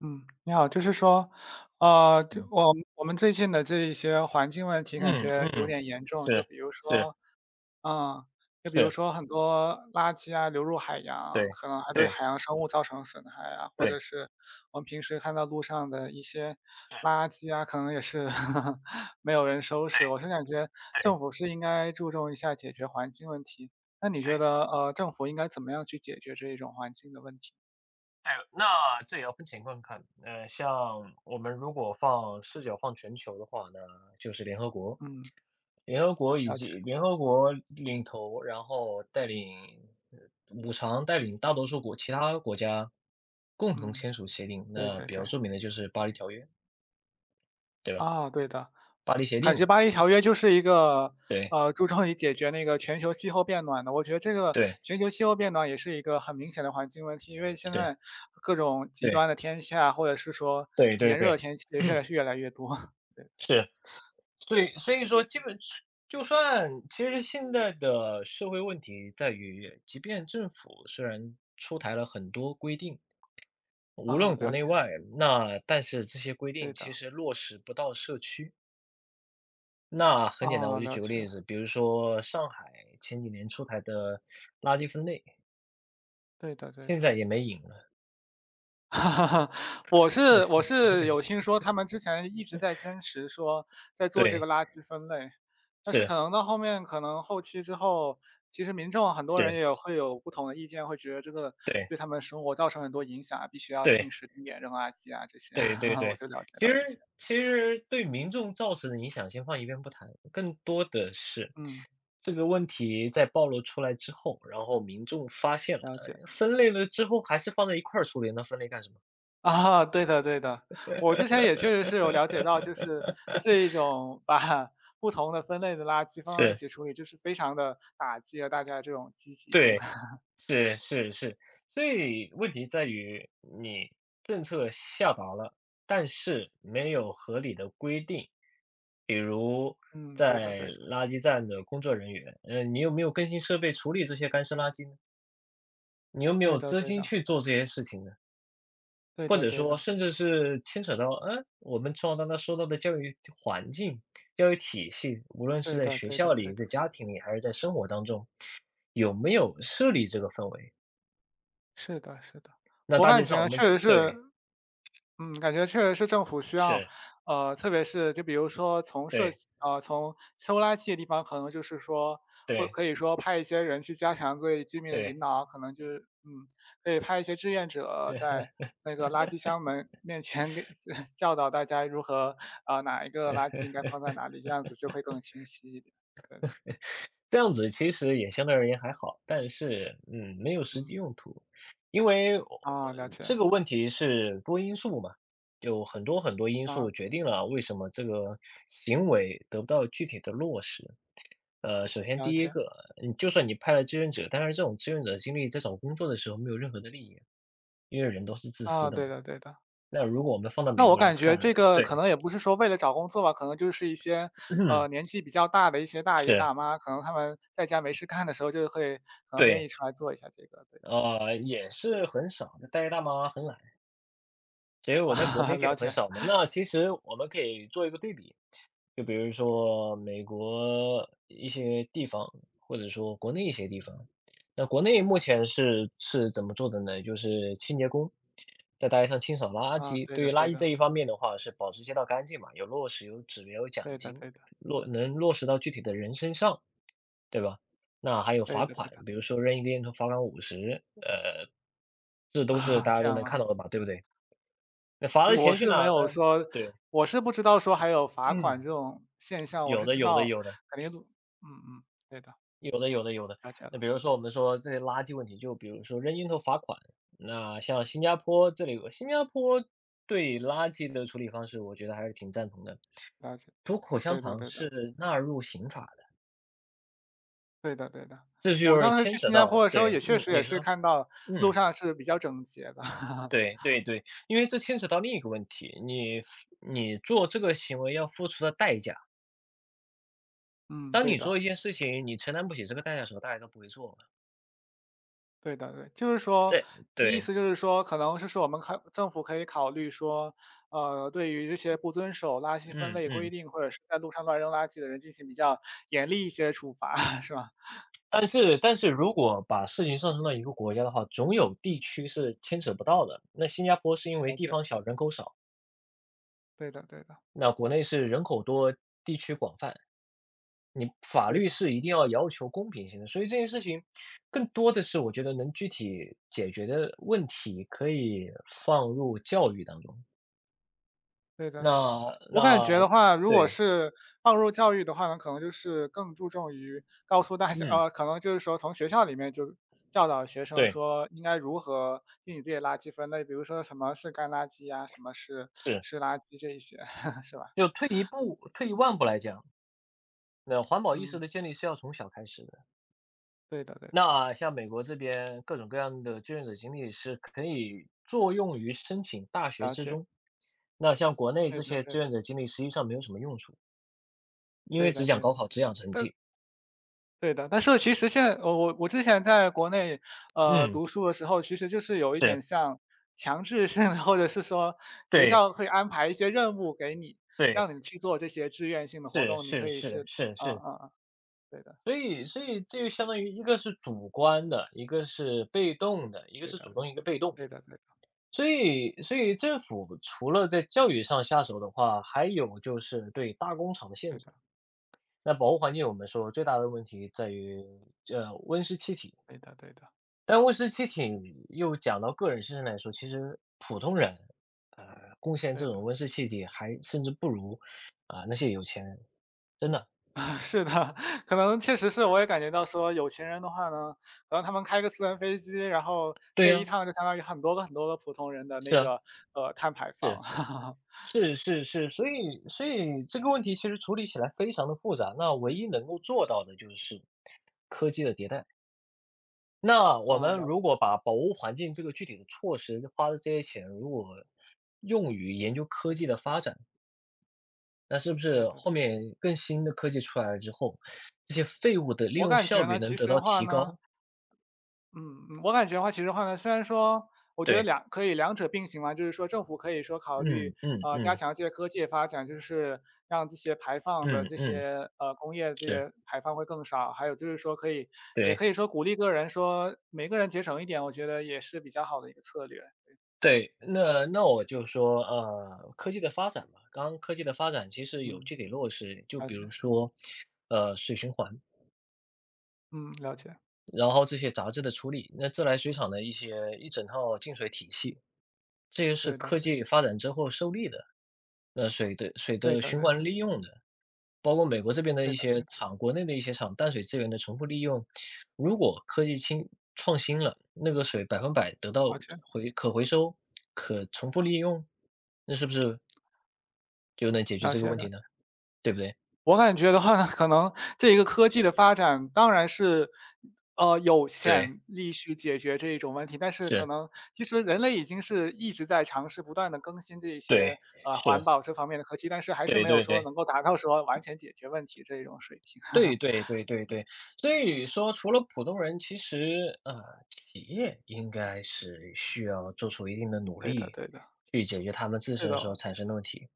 嗯，你好，就是说，就嗯，我我们最近的这一些环境问题感嗯觉有嗯，点严重，是是嗯，就比如是，说很多垃圾啊流入海对洋，对可能还对对海洋生物造成损害啊，或者对是我们平时看到路上的一些垃圾啊，可能也是 没有人收拾。我是感觉对政对府是应该注重一下解决环境问题。那你觉得，政府应该怎么样去解决这一种环境的问题？对，那这也要分情况看。像我们如果放视角放全球的话呢，就是嗯，联合国以了解。及联合国领头，然后带领呃五常带领大多数国其他国家共同嗯，签署协定。对那对比较对。著名的就是巴黎条约，对吧？啊，对的，巴黎协感定觉嘛，《巴黎条约》就是一个，对注重于解决那个全球气候变暖的。我觉得这个对全球气候变暖也是一个很明显的环境问题，因为现是，在各种极对端的天气啊，或者是说对对炎热的对，天气也越来 越越来越多。是。所以说基本就算其实现在的社会问题在于，即便政府虽然出台了很多规定，无啊，论国了内解，外，那但是这些规对定其的，实落实不到社区。那很简单，我啊，就了举个解，例子，比如说上海前几年出台的垃圾分类，对的对现的。在也没影了。哈哈，我是我 是有听说他们之前一直在坚持说在做这个对，垃圾分类，但是是可能到后面可能后期之后，其实民众很多人是，也会有不同的意见，会觉得这个对对他们生活造成很多影响，必须要定对。时定点扔垃圾啊这些，对对 我对，就了解其到这些。实其实对民众造成的影响先放一边不谈，更多的是嗯，这个问题在暴露出来之后，然后民众发现了，了解。分类了之后还是放在一块儿处理，那分类干什么？啊，对的对的，我之前也确实是有了解到，就是 这一种把不同的分类的垃圾放到一是。起处理，就是非常的打击了大家这种积极性。对，是是是，所以问题在于你政策下达了，但是没有合理的规定。比如嗯，对的在对的，垃圾站的工作人员，你有没有更新设备处理这些干湿垃圾呢？你有没对有的资对金的，去做这些事情呢？对或的者对的，说甚至是牵扯到，我们从小到大说到的教育环境、教育体系，无论是对在的学对校的对里、的，在家庭里，还是在生活当中，有没有设立这个氛围？是的是的。那我大感街上我觉们确实只是对，嗯，感觉确实是政府需要，是，特别是就比如说对，从收垃圾的地方，可能就是说，或对，可以说派一些人去加强对居民的对，引 导，可能就是，可以派一些志愿者对，在那个垃圾箱门面前给 教导大家如何，啊、哪一个垃圾应该放在哪里，这样子就会更清晰一点。对的，这样子其实也相对而言还好，但是，没有实际嗯，用途。因为我啊，了解，这个问题是多因素嘛，有很多很多因素啊，决定了为什么这个行为得不到具体的落实。首先了第一解，个，你就算你派了志愿者，但是这种志愿者经历在找工作的时候没有任何的利益，因为人都是自私啊，的嘛。对的，对的。那如果我们放到那美我国来感看觉这个可对，能也不是说为了找工作吧，可能就是一些，年 纪比较大的一些大爷是。大妈，可能他们在家没事干的时候就会可能愿对，意出来做一下这个，对的。也是很少的，大爷大妈很懒，其实我在国内 见了的很解，少嘛。那其实我们可以做一个对比，就比如说美国一些地方，或者说国内一些地方。那国内目前是怎么做的呢？就是清洁工，在大街上清扫垃啊，圾。对对的于垃对圾的，这一方面的话，是保持街道干净嘛，有落实，有指标，有奖对的金，对的，能落实到具体的人身上，对吧？那还有对罚的对款，的，比如说扔一个烟头罚款50，这都是啊，大家这都样能吗？看到的吧，对不对？那其罚实的钱去哪儿呢？对，我是不知道说还有罚款嗯，这种现象，我有是的知有的道有的。肯定嗯嗯，对的，有的有的有的。了解那了，比如说我们说这些垃圾问题，就比如说扔烟头罚款，那像新加坡这里有，新加坡对垃圾的处理方式，我觉得还是挺赞同的。了解，吐口香对的糖对的。是纳入刑法的，对的对的，这我就是当时牵去扯新加到坡的时候也对，确嗯，实也你是说，看到路嗯，上是比较整洁的。对对对，因为这牵扯到另一个问题，你做这个行为要付出的代价，嗯，当对你的做一件事情，你承担不起这个代价的时候，大家都不会做嘛。对的对，对意对，思就是说，可能就是说我们政府可以考虑说，对于这些不遵守垃圾分嗯类规嗯。定，或者是在路上乱扔垃圾的人进行比较严厉一些处罚，是吧？但是如果把事情上升到一个国家的话，总有地区是牵扯不到的。那新加坡是因为了地解，方小，人口少；对的对的那国内是人口多，地区广泛。你法对律的。是一定要要求公平性的，所以这件事情更多的是我觉得能具体解决的问题，可以放入教育当中。对对对，那我感觉的那话，如果对，是放入教育的话呢，可能就是更注重于告诉大家嗯，可能就是说从学校里面就教导学生对，说应该如何进行这些垃圾分类，比如说什么是干垃圾呀，什么是是。湿垃圾这一些，是吧？就退一步退一万步来讲，那环保意识嗯，的建立是要从小开始的。对的对的，那像美国这边各种各样的志愿者经历是可以作用于申请大学了之解，中。那像国内对这的些对志的，愿者经历实际上没有什么用处，因对为的只讲对的。高考，只讲成但绩。对的，但是其实现在我之前在国内，嗯，读书的时候，其实就是有一点是，像强制性的，或者是说学对校会安排一些任务给你，对，让你去做这些志愿性的活是动，你是可以是是是啊是。啊啊，对的，所以这就相当于一个是主观的，一个是被动的，一个对是主的，动，一个被动。对的，对的，所以政府除了在教育上下手的话，还有就是对大工厂的对限制。的，那保护环境我们说最大的问题在于，温室气体，对的，对的，但温室气体又讲到个人身上来说，其实普通人，呃，贡献对这的，种温室气体还甚至不如，那些有钱人，真的。是的，可能确实是我也感觉到说有钱人的话呢，可能他们开个私人飞机，然后对飞一呀，趟就相当于很多个很多个普通人的那是啊，个，碳排放。是，是是是，所以这个问题其实处理起来非常的复杂，那唯一能够做到的就是科技的迭代。那我啊，们了如果把保护环境这个具体的措施花的这些钱，如果用于研究科解。技的发展，那是不对是的后对的。面更新的科技出来了之后，这些废物的利我用感效觉率呢，能其得实到的话提呢，高？嗯，嗯我感觉的话，其实的话呢，虽然说我觉得对，可以两者并行嘛，就是说政府可以说考虑，嗯嗯加嗯强这些科技的发展，就是让这些排放的嗯这嗯，些，工业这是，些排放会更少，还有就是说也对可以说鼓励个人说每个人节省一点，我觉得也是比较好的一个策略。对。那我就说，科技的发展嘛，刚刚科技的发展其实有嗯，具体落实，就了比解，如说，水循环，嗯，了解，然后这些杂质的处理，那自来水厂的一整套净水体系。这些是对的科对的，技发展之后受力的，水的水对的的循对的，环利用的，包括美国这边的对一的些对的，厂，国内的一些厂，淡水资源的重复利用。如果科技新创新了，那个水100%得到了解，可回收、可重复利用，那是不是就能解决了这个解问了题呢？解对不对？我感觉的话，呢，可能这一个科技的发展当然是，有对，潜力去解决这一种问题，但是可是，能其实人类已经是一直在尝试不断的更新这一对，些，环是，保这方面的科技，但是还是对没有对说对。能够达到说完全解决问题这一种水平。对 对对对对，所以说除了普通人，其实企业应该是需要做出一定的努对的力，对的，去解决他们自对身所的。产生的问题，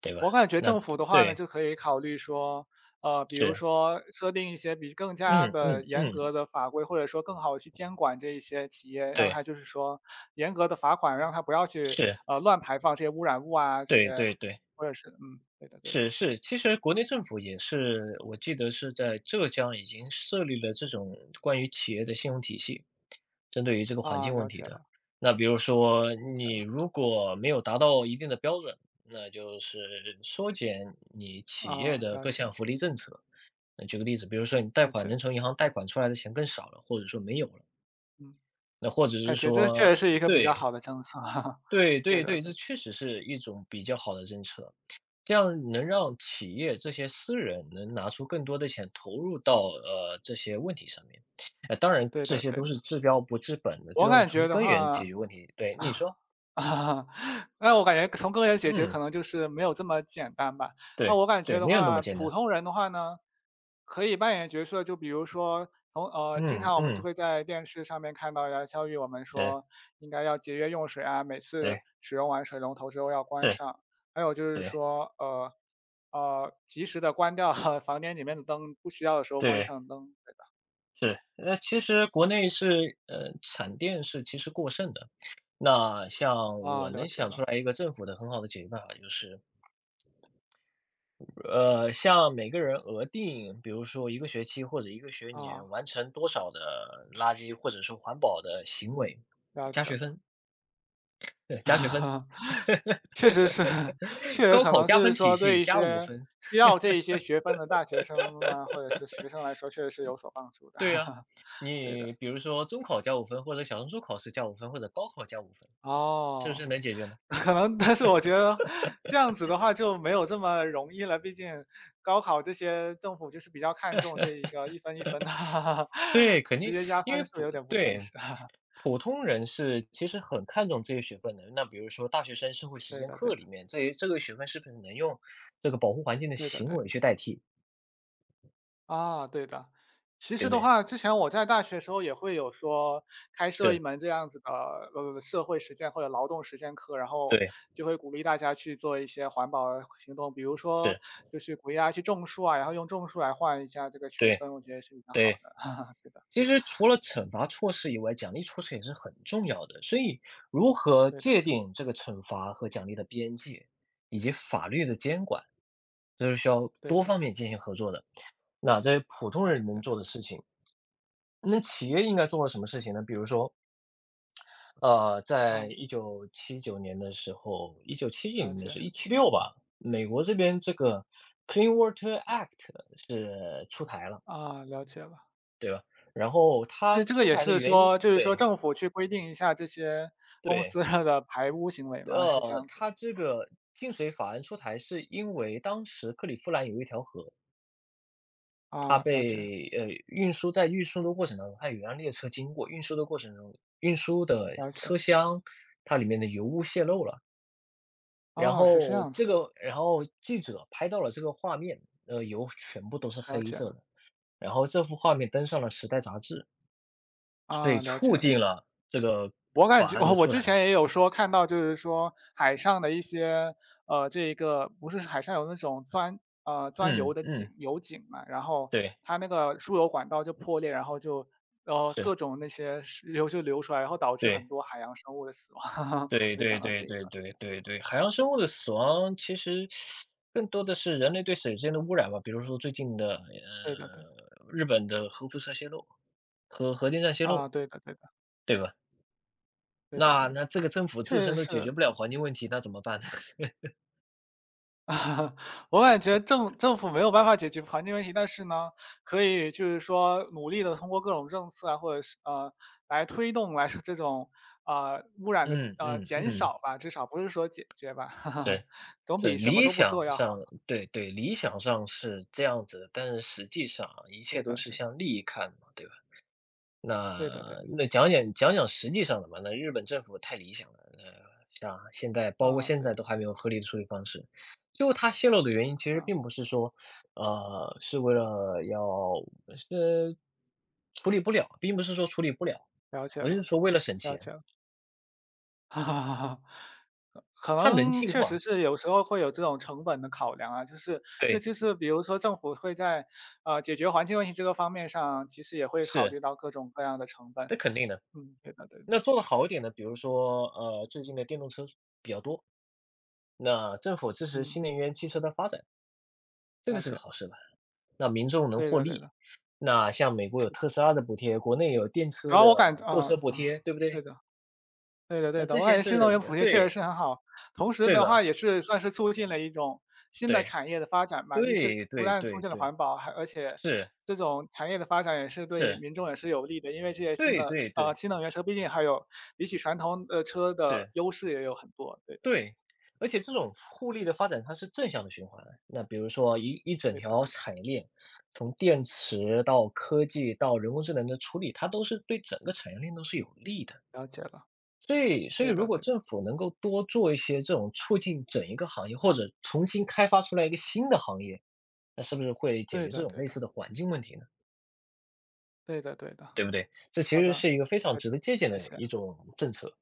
对吧？我感觉那政府的话呢，对，就可以考虑说，比如是，说设定一些比更加嗯嗯的严嗯，格的法规，或者说更好地去监管这一些企业，让对，它就是说严格的罚款，让它不要去，是，乱排放这些污染物啊，这对些对对。或者是嗯，对的对的。是是，其实国内政府也是，我记得是在浙江已经设立了这种关于企业的信用体系，针对于这个环啊，境了问题解的。了那比如说，了解你了，如果没有达到一定的标准，那就是缩减你企业啊，的了各解项了福利政策。那举个例子，比如说你贷了款解，能从银行贷款出来的钱更少了，或者说没有了，嗯，那或者是感觉这确说，实是一个比对较好的政策，对对对的对，这对，确实是一种比较好的政策。这样能让企业这些私人能拿出更多的钱投入到这些问题上面，当然对这的些对都的。是治标不治本的，只我有感觉从的根源解话决问题。对，你说，啊，那我感觉从根源解决嗯，可能就是没有这么简单吧。那对我感觉对，的没有那话，么简普单，通人的话呢，可以扮演角色，就比如说经嗯常我们就嗯，会在电视上面看到呀，教育我们是，说应该要节约用水啊，每次对使用完水龙头之后要关是，上。还有就是对说，及时的关掉 房间里面的灯，不需要的时候关对上灯。是。那其实国内是产电是其实过剩的，那像啊，我了能解想出了，来一个政府的很好的解决办法就是。像每个人额定，比如说一个学期或者一个学啊，年完成多少的垃圾或者说环保的行为，了加解学了。分，对，加学分，确实是，确 实高可考能就加是分说体系对一加五些分，需要这一些学分的大学生啊，或者是学生来说，确实是有所帮助的。对呀、对的，你比如说中考加五分，或者小升初考试加五分，或者高考加五分，是不哦，是能解决呢？可能但是我觉得这样子的话就没有这么容易了，毕竟高考这些政府就是比较看重这一个一分一分的，对，肯直定，接加因分为数有点不现实。普通人是其实很看重这些学分的。那比如说大学生社会实对践的对课的，里面，这个学分是不是能用这个保护环境的对的行对为的。去代替？啊，对的。其对实不的对？话，之前我在大学时候也会有说开设一是，门这样子的，社会实践或者劳动实践课，然后对，就会鼓励大家去做一些环保行动，比如说是，就是鼓励大家去种树啊，然后用种树来换一下这个学对，分，我觉得是比较好对。的。对的，其实除了惩罚措施以外，奖励措施也是很重要的，所以如何对的，界定这个惩罚和奖励的边界，以及法律的监管，这是需要对多的，方对面的，进行合作的。那在普通对人的，能对的。做的事情，那企业应该做了什么事情呢？比如说，啊，在一九七九年的时候一九七9了年的解，时候，176吧，美国这边这个 Clean Water Act 是出台了。啊，了解了。对吧？然后他这个出也台的是原因说，就是说对，政府去规定一下这些公对，司的排污行为吗？是这呃，样子。他这个净水法案出台是因为当时克利夫兰有一条河，它啊，了解，被，在运输的过程当中，它有一辆列车经过，运输的过程中，运输的了解。车厢它里面的油污泄漏了，然哦，是这后样子这的，个然后记者拍到了这个画面，油全部都是了黑解了。色的，然后这幅画面登上了时代杂志，所啊，以了解促了。进了这个我感法觉 案我的我出之台。前也有说看到，就是说海上的一些，这一个不是海上有那种钻嗯，油的嗯。油井嘛，然后对，它那个输油管道就破裂，然后就是，各种那些石油就流出来，然后导致很对，多海洋生物的死亡，对，我就想对，到这对，一对，个。对，对，对，海洋生物的死亡其实更多的是人类对水资源的污染吧，比如说最近的对的对的，日本的核辐射泄漏，核电站泄漏，啊，对的对的，对吧？对的那对的，那这个政府自确实身都解决是。不了环境问题，那怎么办呢？我感觉政府没有办法解决环境问题，但是呢，可以就是说努力的通过各种政策啊，或者是来推动来说这种，污染的嗯，嗯，减嗯，少吧，至少不是说解决吧，是，总是，比什么理都不想做要好。上对，对，理想上是这样子的，但是实际上啊，一对切都的是对的，向利益看嘛，对吧？对的对的，那讲实际上的吧，那日本政府太理想了，像现在包括啊，现对在的，都还没有合理的处理方式。最后它泄露的原因其啊，实并不是说，呃，是为了要是处理不了，并不是说处理不了，了解而是了，说为了省了钱，解了。哈哈哈，可它能能进确实化，是有时候会有这种成本的考量啊，对，就是比如说政府会在，解决环境问题这个方面上，其实也会考是，虑到各种各样的成本。这肯定的。嗯，对的对的，那做的好一点的，比如说，最近的电动车比较多，那政府支持嗯，新能源汽车的发展，这个了是解个好了，事吧。那民众能对获的对利。的，那像美国有是特的。斯拉的补贴，国内有电车然后我感的购啊车补嗯，贴，对不对对？的。对的对那的，这我感些觉新能源补是贴确实对，是很好，同时对的吧？话也是算是促进了一种新的对，产业的发展吧。一是对，不对，但促对，进了对，环保，还而且是，这种产业的发展也是对是，民众也是有利的，因为这些新对，的对，对，新能源车毕竟还有比起传统的车的是，优势也有很多，对的对。而且这种互利的发展，它是正向的循环。那比如说一整对的条对产业链，从电池到科技到人工智能的处理，它都是对整个产业链都是有利的。的，了解了，所以对如的果对的，政府能够多做一些这种促进整一个行业，或者重新开发出来一个新的行业，那是不是会解对决的这种对类似的，的环境问题呢？对的对的，对不对？这其好实的，是一个非常对的，值得借鉴谢的谢。一种政策。